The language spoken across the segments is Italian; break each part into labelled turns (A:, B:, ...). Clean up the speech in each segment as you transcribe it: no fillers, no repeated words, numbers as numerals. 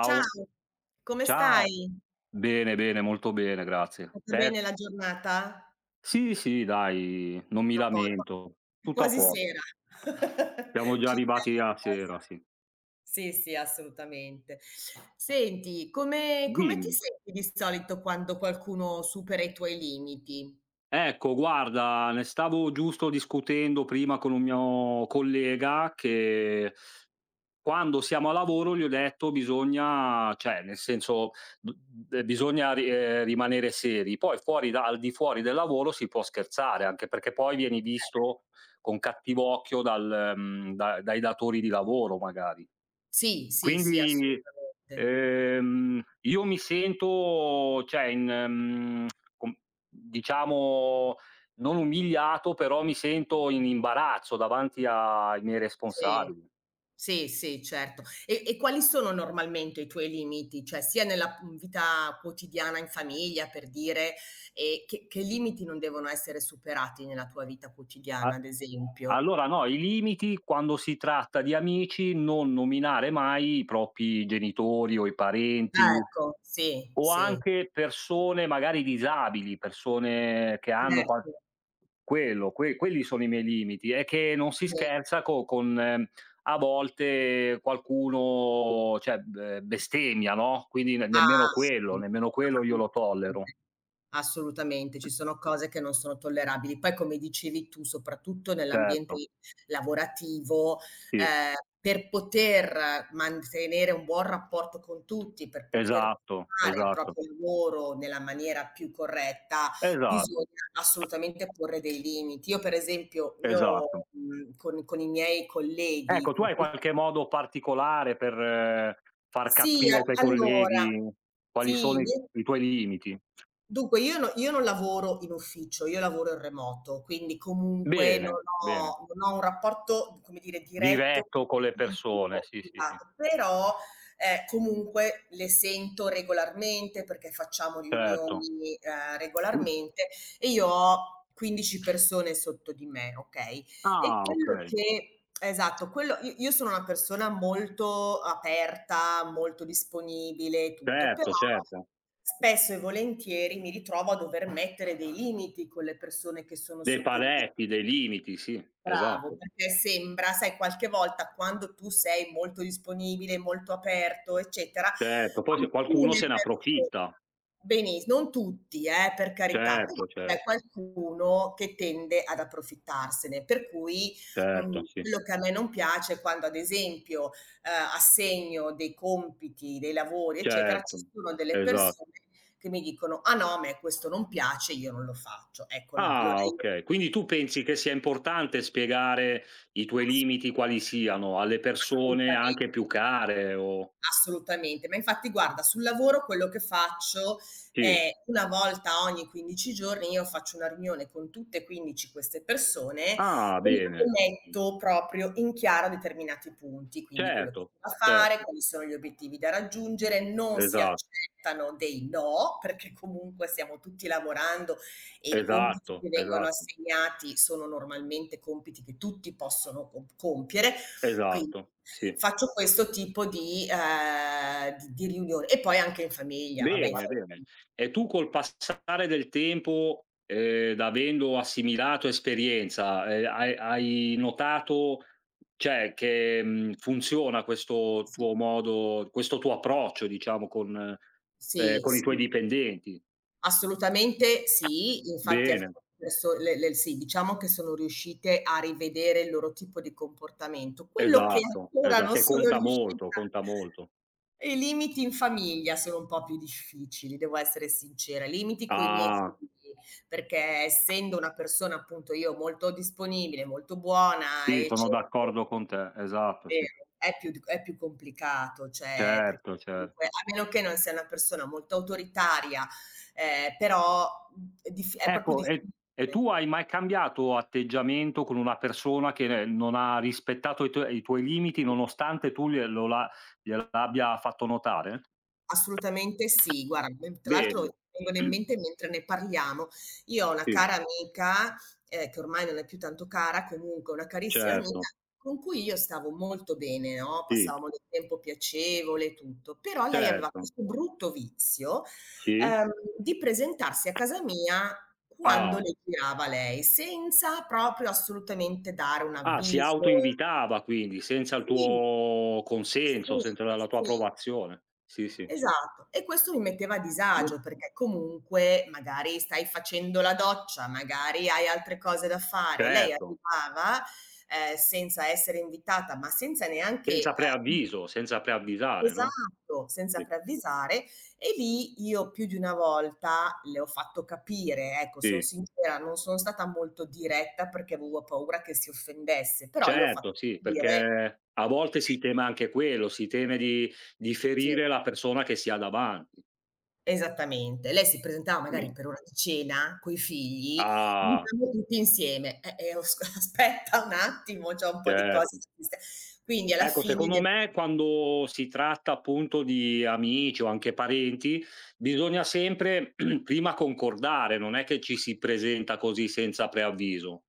A: Ciao, come
B: ciao.
A: stai?
B: Bene, bene, molto bene,
A: È
B: grazie.
A: andata
B: Te?
A: bene la giornata?
B: Sì, sì, dai, non mi
A: Tra poco,
B: lamento.
A: è
B: Tutto a
A: quasi
B: po
A: sera.
B: Siamo già
A: Ci
B: arrivati
A: siamo
B: a
A: quasi.
B: sera, sì.
A: Sì, sì, assolutamente. Senti, come ti
B: Dimmi.
A: senti di solito quando qualcuno supera i tuoi limiti?
B: Ecco guarda, ne stavo giusto discutendo prima con un mio collega che quando siamo a lavoro gli ho detto: "Bisogna cioè nel senso, b b bisogna ri rimanere seri, poi fuori da al di fuori del lavoro si può scherzare, anche perché poi vieni visto con cattivo occhio dal mhmm, da dai datori di lavoro magari".
A: Sì, sì, sì,
B: Quindi,
A: assolutamente.
B: io mi sento cioè in mhmm, com diciamo non umiliato, però mi sento in imbarazzo davanti ai miei
A: Sì.
B: responsabili.
A: Sì, sì, certo. E quali sono normalmente i tuoi limiti? Cioè sia nella, vita quotidiana in famiglia per dire, che limiti non devono essere superati nella tua vita quotidiana,
B: A
A: ad esempio?
B: allora no, i limiti quando si tratta di amici, non nominare mai i propri genitori o i parenti.
A: Ah, ecco, sì,
B: O
A: sì,
B: anche persone magari disabili, persone che hanno qual
A: certo,
B: quello, que quelli sono i miei limiti. È che non si
A: sì.
B: scherza co con a volte qualcuno, cioè, b bestemmia, no, quindi ne
A: Ah, sì,
B: nemmeno quello io lo tollero.
A: assolutamente. Assolutamente, ci sono cose che non sono tollerabili. Poi come dicevi tu, soprattutto nell'ambiente
B: Certo,
A: lavorativo,
B: sì.
A: ehm, per poter mantenere un buon rapporto con tutti, per poter
B: Esatto,
A: fare il
B: esatto,
A: proprio lavoro nella maniera più corretta,
B: esatto,
A: bisogna assolutamente porre dei limiti. Io per esempio,
B: esatto.
A: con i miei colleghi
B: Ecco, tu
A: con
B: hai
A: cui
B: qualche modo particolare per far
A: sì,
B: capire ai tuoi
A: allora
B: colleghi quali sono
A: sì,
B: i tuoi limiti?
A: dunque io non lavoro in ufficio, io lavoro in remoto, quindi comunque, okay,
B: Bene,
A: non
B: bene.
A: ho non ho un rapporto, come dire, diretto
B: Diretto con le persone,
A: fisico,
B: sì, sì, sì,
A: esatto, però, comunque le sento regolarmente perché facciamo
B: certo.
A: riunioni,
B: Mh.
A: regolarmente e io ho 15 persone sotto di me, okay? E
B: Ah,
A: quello
B: okay.
A: che Esatto, quello i io sono una persona molto aperta, molto disponibile e tutto, però
B: Certo, certo.
A: spesso e volentieri mi ritrovo a dover mettere dei limiti con le persone che sono
B: Dei
A: sotto di me.
B: paletti, dei limiti, sì,
A: Bravo,
B: esatto.
A: perché sembra sai qualche volta quando tu sei molto disponibile, molto aperto, eccetera,
B: Certo, poi se qualcuno se
A: Alcune
B: ne
A: perso
B: approfitta.
A: benis non tutti, per carità, però
B: Certo,
A: c'è
B: certo,
A: qualcuno che tende ad approfittarsene, per cui,
B: certo, sì,
A: quello che a me non piace è quando ad esempio, assegno dei compiti, dei lavori, eccetera, ci
B: certo,
A: sono delle
B: esatto.
A: persone che mi dicono: "Ah no, a me questo non piace, io non lo faccio." Ecco no, allora
B: Ah,
A: io
B: okay. Quindi tu pensi che sia importante spiegare i tuoi
A: ass
B: limiti quali siano alle persone anche
A: assolutamente.
B: più care o
A: Assolutamente, ma infatti guarda sul lavoro quello che faccio
B: sì.
A: è una volta ogni 15 giorni, io faccio una riunione con tutte e 15 queste persone e
B: Ah,
A: li
B: bene.
A: metto proprio in chiaro determinati punti, quindi quello che
B: Certo,
A: si va a fare,
B: certo.
A: quali sono gli obiettivi da raggiungere, non si
B: Esa
A: accettano dei no, perché comunque stiamo tutti lavorando e i compiti che
B: esatto,
A: vengono
B: esatto,
A: assegnati sono normalmente compiti che tutti possono compiere, quindi
B: esatto, sì.
A: faccio questo tipo di riunione e poi anche in famiglia, vabbè in
B: Bene,
A: famiglia.
B: bene. E tu col passare del tempo, avendo assimilato esperienza, hai notato, cioè che, funziona questo
A: Sì,
B: tuo modo questo tuo approccio diciamo
A: sì,
B: con i tuoi
A: sì.
B: dipendenti.
A: Assolutamente sì, infatti alcu
B: Bene,
A: adesso le sì, diciamo che sono riuscite a rivedere il loro tipo di comportamento. Quello che
B: esatto,
A: ancora
B: esa
A: non
B: che
A: sono
B: conta
A: riuscita.
B: molto, conta molto.
A: I limiti in famiglia sono un po' più difficili, devo essere sincera. Limiti coi miei
B: Ah,
A: figli, perché essendo una persona appunto io molto disponibile, molto buona
B: sì,
A: e
B: sono
A: cerco.
B: d'accordo con te. Esatto, sì.
A: Vero, è più d è più complicato, cioè perché
B: Certo,
A: comunque
B: certo.
A: a meno che non sei una persona molto autoritaria, però, è proprio
B: Ecco, e
A: difficile.
B: tu hai mai cambiato atteggiamento con una persona che ne non ha rispettato i tuoi limiti,
A: Sì.
B: nonostante tu glielo l'a gliel'abbia fatto notare?
A: Assolutamente sì. Guarda, me tra l'altro mi
B: Bene,
A: vengono in mente mentre ne parliamo, io ho una
B: sì,
A: cara amica, che ormai non è più tanto cara, comunque una carissima amica,
B: certo,
A: con cui io stavo molto bene, no,
B: sì,
A: passavamo del tempo piacevole e tutto, però lei aveva
B: certo,
A: questo brutto vizio,
B: sì.
A: ehm, di presentarsi a casa mia quando
B: Ah.
A: le girava lei, senza proprio assolutamente dare un
B: Ah, si
A: avviso.
B: autoinvitava quindi, senza il
A: Sì,
B: tuo
A: sì,
B: consenso, senza la tua
A: sì.
B: approvazione. Sì, sì.
A: Esatto. E questo mi metteva a disagio, perché comunque magari stai facendo la doccia, magari hai altre cose da fare. Lei
B: Certo.
A: arrivava, senza essere invitata, ma senza neanche,
B: Senza preavviso, senza preavvisare, no?
A: esatto, senza
B: Sì,
A: preavvisare, e lì io più di una volta le ho fatto capire, ecco, son
B: sì.
A: sincera, non son stata molto diretta perché avevo paura che si offendesse, però le ho fatto
B: Certo, sì,
A: capire,
B: perché a volte si teme anche quello, si teme di
A: sì.
B: ferire la persona che si ha davanti.
A: Esattamente. Lei si presentava magari per ora di cena coi figli,
B: Ah,
A: mangiamo tutti insieme. Os aspetta un attimo, c'ho un po' di cose
B: certo.
A: da fissa, quindi alla
B: Ecco,
A: fine
B: secondo
A: devo.
B: me quando si tratta appunto di amici o anche parenti, bisogna sempre prima concordare, non è che ci si presenta così senza preavviso,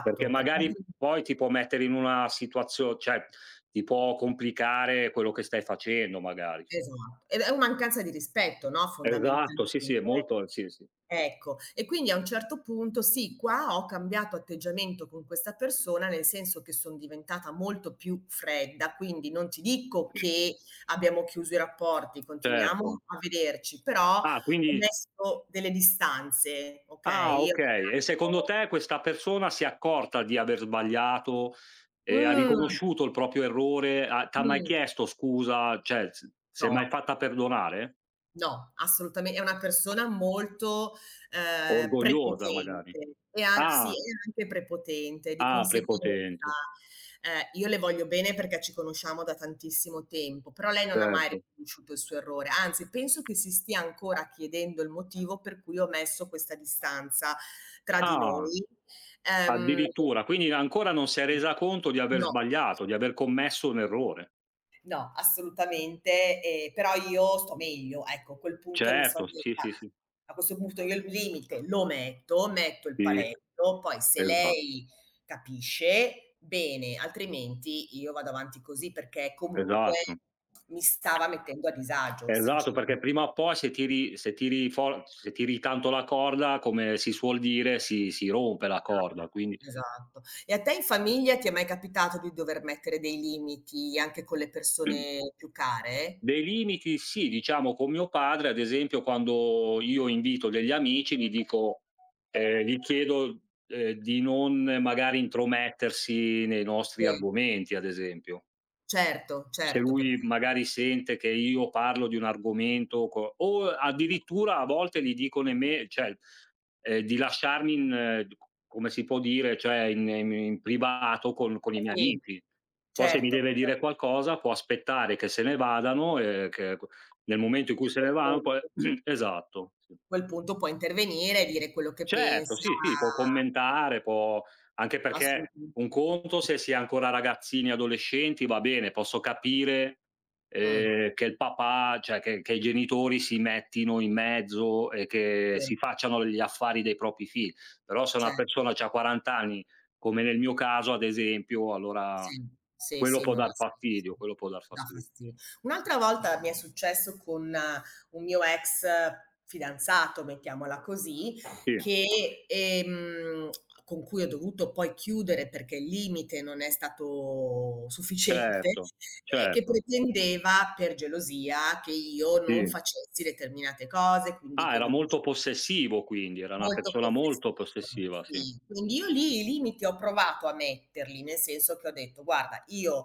B: perché
A: perché
B: magari
A: altri
B: poi ti può mettere in una situazio cioè ti può complicare quello che stai facendo magari.
A: esatto. Ed è un mancanza di rispetto, no,
B: Esatto, sì, sì, è
A: fondamentalmente.
B: molto sì, sì.
A: Ecco, e quindi a un certo punto sì, qua ho cambiato atteggiamento con questa persona, nel senso che son diventata molto più fredda, quindi non ti dico che abbiamo chiuso i rapporti,
B: Certo.
A: continuiamo a vederci, però
B: Ah,
A: ho
B: quindi
A: messo delle distanze,
B: ah
A: okay? Io ho
B: okay. E secondo
A: creato.
B: te questa persona si è accorta di aver sbagliato e ha
A: Mh,
B: riconosciuto il proprio errore? Ha t'ha mai
A: mh,
B: chiesto scusa? Cioè, s si è mai
A: no.
B: fatta perdonare?
A: No, assolutame è una persona molto,
B: Orgogliosa magari.
A: prepotente e anc sì, e
B: Ah,
A: anche prepotente. Di
B: ah,
A: conseguenza,
B: prepotente,
A: io le voglio bene perché ci conosciamo da tantissimo tempo, però lei non ha mai
B: certo.
A: riconosciuto il suo errore, anzi penso che si stia ancora chiedendo il motivo per cui ho messo questa distanza tra di
B: Ah,
A: noi. Ehm
B: addirittura. Quindi ancora non si è resa conto di aver
A: no.
B: sbagliato, di aver commesso un errore.
A: No, assolutamente, però io sto meglio. Ecco, a quel punto mi
B: Certo,
A: son
B: sì,
A: detta:
B: sì, sì.
A: "A questo punto io il limite lo metto, metto il
B: Sì,
A: paletto, poi se
B: esa
A: lei capisce, bene, altrimenti io vado avanti così", perché comunque
B: esatto.
A: mi stava mettendo a disagio,
B: Esatto, perché
A: sinceramente.
B: prima o poi se tiri tanto la corda, come si suol dire, si rompe la corda, quindi
A: Esatto. E a te in famiglia ti è mai capitato di dover mettere dei limiti anche con le persone più care?
B: dei limiti sì, diciamo con mio padre, ad esempio, quando io invito degli amici gli dico gli chiedo, di non magari intromettersi nei nostri
A: Sì,
B: argomenti, ad esempio.
A: certo,
B: Se
A: certo
B: lui
A: perché
B: magari sente che io parlo di un argomento co o addirittura a volte gli dico nemme cioè, di lasciarmi in d come si può dire, cioè in privato con i miei
A: sì,
B: amici. Poi se mi
A: certo,
B: deve dire qualcosa può aspettare che se ne vadano e che nel momento in
A: e
B: cui
A: a
B: se ne
A: quel
B: vanno poi
A: punto a
B: esatto, sì.
A: quel punto puoi intervenire e dire quello che
B: Certo,
A: pensa,
B: sì, sì, può commentare, può anche perché
A: assolutamente.
B: un conto se si è ancora ragazzini, adolescenti, va bene, posso capire,
A: Mh,
B: che il papà che i genitori si mettino in mezzo e che
A: sì,
B: si facciano gli affari dei propri figli. Però se una
A: cer
B: persona c'ha 40 anni, come nel mio caso ad esempio, allora
A: sì, sì,
B: quello
A: sì,
B: può
A: non ha
B: dar
A: senso.
B: fastidio, quello può dar
A: Dà
B: fastidio.
A: fasti Un'altra volta mi è successo con un mio ex fidanzato, mettiamola così,
B: Sì,
A: che, con cui ho dovuto poi chiudere perché il limite non è stato sufficiente.
B: certo,
A: Che
B: certo,
A: pretendeva, per gelosia, che io non
B: sì.
A: facessi determinate cose, quindi
B: Ah,
A: che
B: era
A: non
B: molto
A: uscissi
B: possessivo quindi, era una
A: molto
B: persona molto
A: possessivo,
B: possessiva, sì.
A: sì. Quindi io lì i limiti ho provato a metterli, nel senso che ho detto: "Guarda, io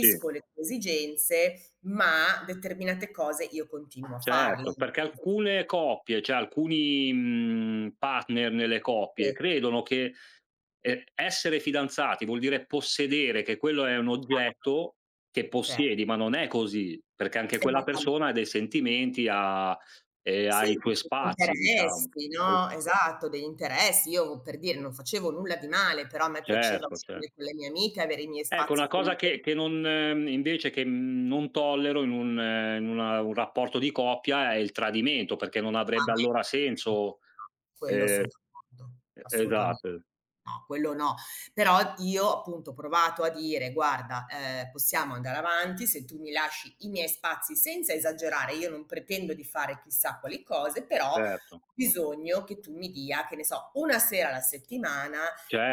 B: Sì,
A: le tue esigenze, ma determinate cose io continuo a farle". Nel
B: certo, perché
A: senso che
B: alcune coppie, cioè alcuni, partner nelle coppie credono che, essere fidanzati vuol dire possedere, che quello è un oggetto che
A: cioè
B: possiedi, ma non è così, perché anche quella
A: esattamente.
B: persona ha dei sentimenti,
A: Sì,
B: ha i suoi
A: degli
B: spazi diciamo.
A: interessi,
B: Eh,
A: no, esatto, degli interessi. Io per dire non facevo nulla di male, però a me piaceva
B: Certo, cer
A: uscire con le mie amiche, avere i miei
B: Ecco,
A: spazi
B: una
A: con
B: cosa
A: loro.
B: che, non tollero in una un rapporto di coppia è il tradimento, perché non
A: Ah
B: avrebbe
A: beh,
B: allora
A: certo.
B: senso
A: No, quello
B: ehm,
A: son d'accordo, assolutamente.
B: esatto,
A: No, quello no. Però io appunto ho provato a dire: "Guarda, possiamo andare avanti se tu mi lasci i miei spazi", senza esagerare, io non pretendo di fare chissà quali cose, però
B: certo,
A: ho bisogno che tu mi dia, che ne so, una sera alla settimana,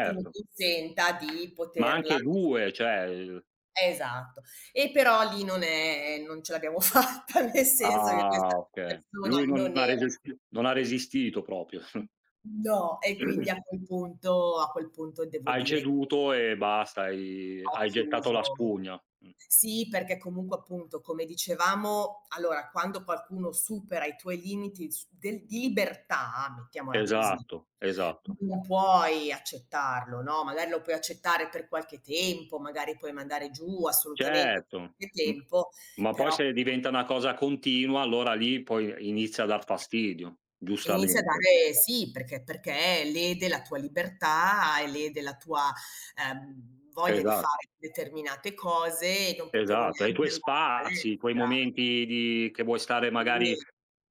A: tu mi consenta di
B: Ma
A: poterla,
B: anche 2, cioè il
A: esatto. E però lì non ce l'abbiamo fatta, nel senso che questa
B: ah, okay.
A: persona
B: Lui
A: non
B: non ha
A: era.
B: resisti non ha resistito proprio.
A: No, e quindi a quel punto a quel punto devo
B: Hai
A: dire che
B: ceduto e basta,
A: ho
B: hai gettato
A: chiuso.
B: la spugna. Mh.
A: Sì, perché comunque appunto, come dicevamo, allora quando qualcuno supera i tuoi limiti s del di libertà, mettiamola così,
B: Esatto, esatto.
A: non puoi accettarlo, no, magari lo puoi accettare per qualche tempo, magari puoi mandare giù assolutamente per
B: Certo,
A: qualche
B: m
A: tempo,
B: ma poi
A: però.
B: se diventa una cosa continua allora lì poi inizia a dar fastidio,
A: E inizia a
B: giustamente.
A: dare, sì, perché lede la tua libertà e lede la tua, voglia di
B: Esa
A: fare determinate cose e non potevo
B: esatto. E i
A: neanche
B: tuoi
A: andare in
B: spazi, i tuoi
A: palestra.
B: momenti di che vuoi stare magari,
A: Sì,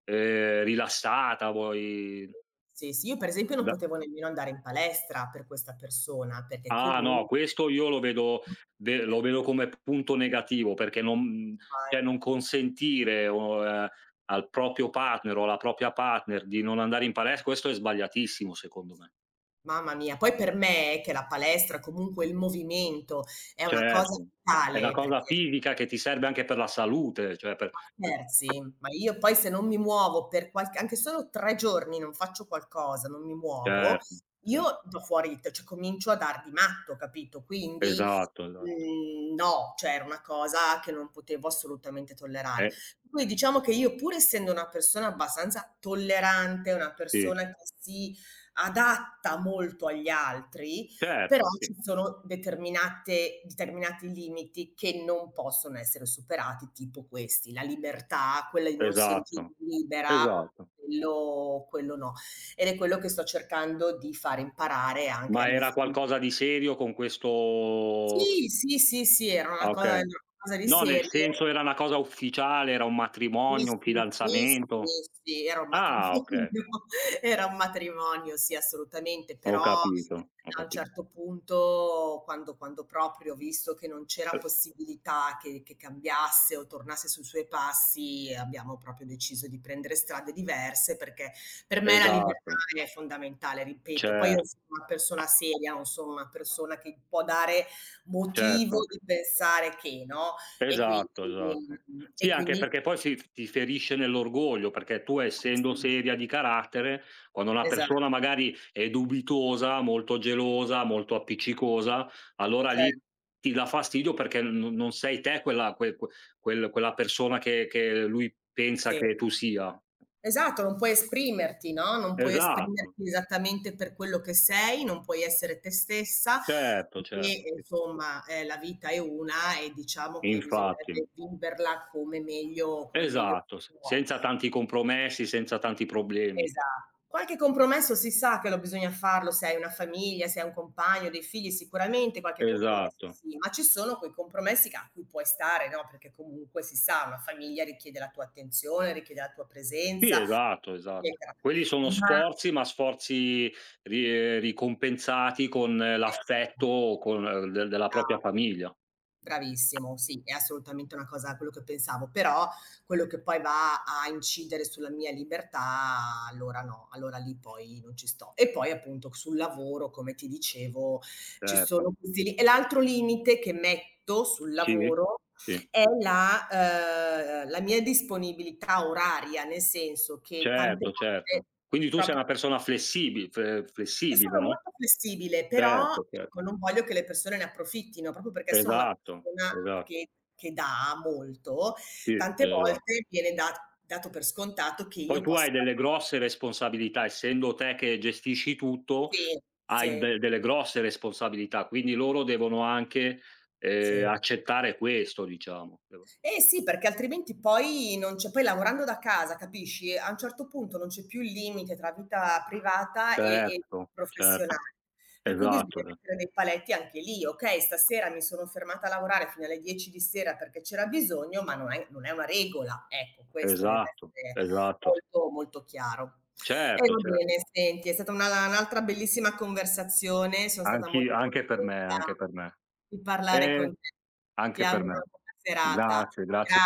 B: rilassata, vuoi
A: sì, sì. Io per esempio non
B: da
A: potevo nemmeno andare in palestra per questa persona, perché
B: ah no,
A: comunque
B: questo io lo vedo ve lo vedo come punto negativo perché non cioè
A: fai
B: non consentire o, al proprio partner o alla propria partner di non andare in palestra, questo è sbagliatissimo secondo me.
A: mamma mia. Poi per me che la palestra, comunque il movimento è una cosa
B: Certo, è una
A: vitale
B: cosa
A: perché.
B: fisica che ti serve anche per la salute, cioè per
A: Ma
B: uhm,
A: scherzi? Ma io poi se non mi muovo per qualche anche solo 3 giorni non faccio qualcosa, non mi muovo,
B: certo, cer
A: io do fuori t cioè comincio a dar di matto, capito? Quindi,
B: esatto, esatto.
A: no, cioè era una cosa che non potevo assolutamente tollerare.
B: Eh,
A: Quindi diciamo che io pur essendo una persona abbastanza tollerante, una
B: sì,
A: persona che si adatta molto agli altri, però
B: certo, sì,
A: ci sono determinate determinati limiti che non possono essere superati, tipo questi: la libertà, quella di non
B: esatto,
A: sentirmi libera,
B: esatto.
A: quello no. Ed è quello che sto cercando di far imparare anche a
B: Ma
A: mia
B: era
A: figlia.
B: qualcosa di serio con questo
A: Sì, sì, sì, sì, era una
B: ah,
A: cosa
B: okay.
A: di
B: No, nel senso
A: serio.
B: era una cosa ufficiale, era un
A: Sì,
B: matrimonio, un
A: sì, sì,
B: fidanzamento?
A: sì, sì, era un matrimonio,
B: Ah, okay.
A: era un matrimonio, sì, assolutamente,
B: Ho
A: però
B: capito, ho
A: a un
B: capi
A: certo punto quando proprio ho visto che non c'era possibilità che cambiasse o tornasse sui suoi passi, abbiamo proprio deciso di prendere strade diverse, perché per
B: e
A: me la libertà
B: esatto,
A: è fondamentale, ripeto. Poi io
B: cer
A: sono una persona seria, non sono una persona che può dare motivo
B: certo.
A: di pensare che, no, e quindi
B: Esatto, esatto.
A: mhmm, e
B: Sì, anche
A: quindi
B: perché poi si ti ferisce nell'orgoglio, perché tu essendo
A: sì,
B: seria di carattere, quando una
A: esa
B: persona magari è dubitosa, molto gelosa, molto appiccicosa, allora
A: cioè
B: lì ti dà fastidio perché non sei te quella quella persona che lui pensa
A: sì.
B: che tu sia.
A: Esatto, non puoi esprimerti, no, non puoi
B: Esatto,
A: esprimerti esattamente per quello che sei, non puoi essere te stessa
B: certo,
A: e
B: certo, sì, sì.
A: insomma, la vita è una e diciamo che
B: Infatti.
A: bisognerebbe viverla come meglio
B: Esatto, s
A: si può.
B: senza tanti compromessi, senza tanti problemi.
A: Esa qualche compromesso si sa che lo bisogna farlo se hai una famiglia, se hai un compagno, dei figli, sicuramente qualche compromesso
B: Esatto.
A: sì, ma ci sono quei compromessi che a cui puoi stare, no, perché comunque si sa, una famiglia richiede la tua attenzione, richiede la tua
B: Sì,
A: presenza,
B: esatto, esatto.
A: eccetera.
B: Quelli sono
A: Ma
B: sforzi, ma sforzi ri ricompensati con l'affetto con de della propria
A: eh,
B: famiglia.
A: Bravissimo, sì, è assolutamente una cosa quello che pensavo, però quello che poi va a incidere sulla mia libertà, allora no, allora lì poi non ci sto. E poi appunto sul lavoro, come ti dicevo, ci
B: Certo.
A: sono questi li e l'altro limite che metto sul
B: Sì,
A: lavoro
B: sì.
A: è la mia disponibilità oraria, nel senso che tante
B: Certo,
A: volte
B: certo. Quindi tu sei
A: proprio
B: una persona
A: io
B: flessibile,
A: sono
B: no?
A: molto flessibile, però
B: Certo, cer
A: ecco, non voglio che le persone ne approfittino, proprio perché sono una
B: esatto,
A: persona
B: esatto.
A: che dà molto,
B: Sì,
A: tante
B: esa
A: volte viene da dato per scontato che
B: Poi
A: io
B: tu hai
A: possa,
B: delle grosse responsabilità, essendo te che gestisci tutto,
A: sì,
B: hai
A: sì,
B: de delle grosse responsabilità, quindi loro devono anche,
A: sì.
B: accettare questo diciamo. Devo
A: Eh sì, perché altrimenti poi non c'è, poi lavorando da casa, capisci, a un certo punto non c'è più il limite tra vita privata e
B: certo, certo,
A: professionale. Per cui bisogna
B: esatto,
A: mettere dei paletti anche lì. Okay, stasera mi sono fermata a lavorare fino alle 10 di sera perché c'era bisogno, ma non è una regola. Ecco,
B: e
A: questo deve
B: esatto,
A: essere
B: esatto.
A: molto, molto chiaro. E
B: Certo,
A: va
B: cer
A: bene, senti, è stata una un'altra bellissima conversazione, sono stata
B: anch'i
A: molto
B: anche per me,
A: contenta
B: anche per me.
A: di parlare
B: Ehm,
A: con te. Ti
B: anche per
A: auguro
B: me.
A: una buona serata.
B: Grazie, grazie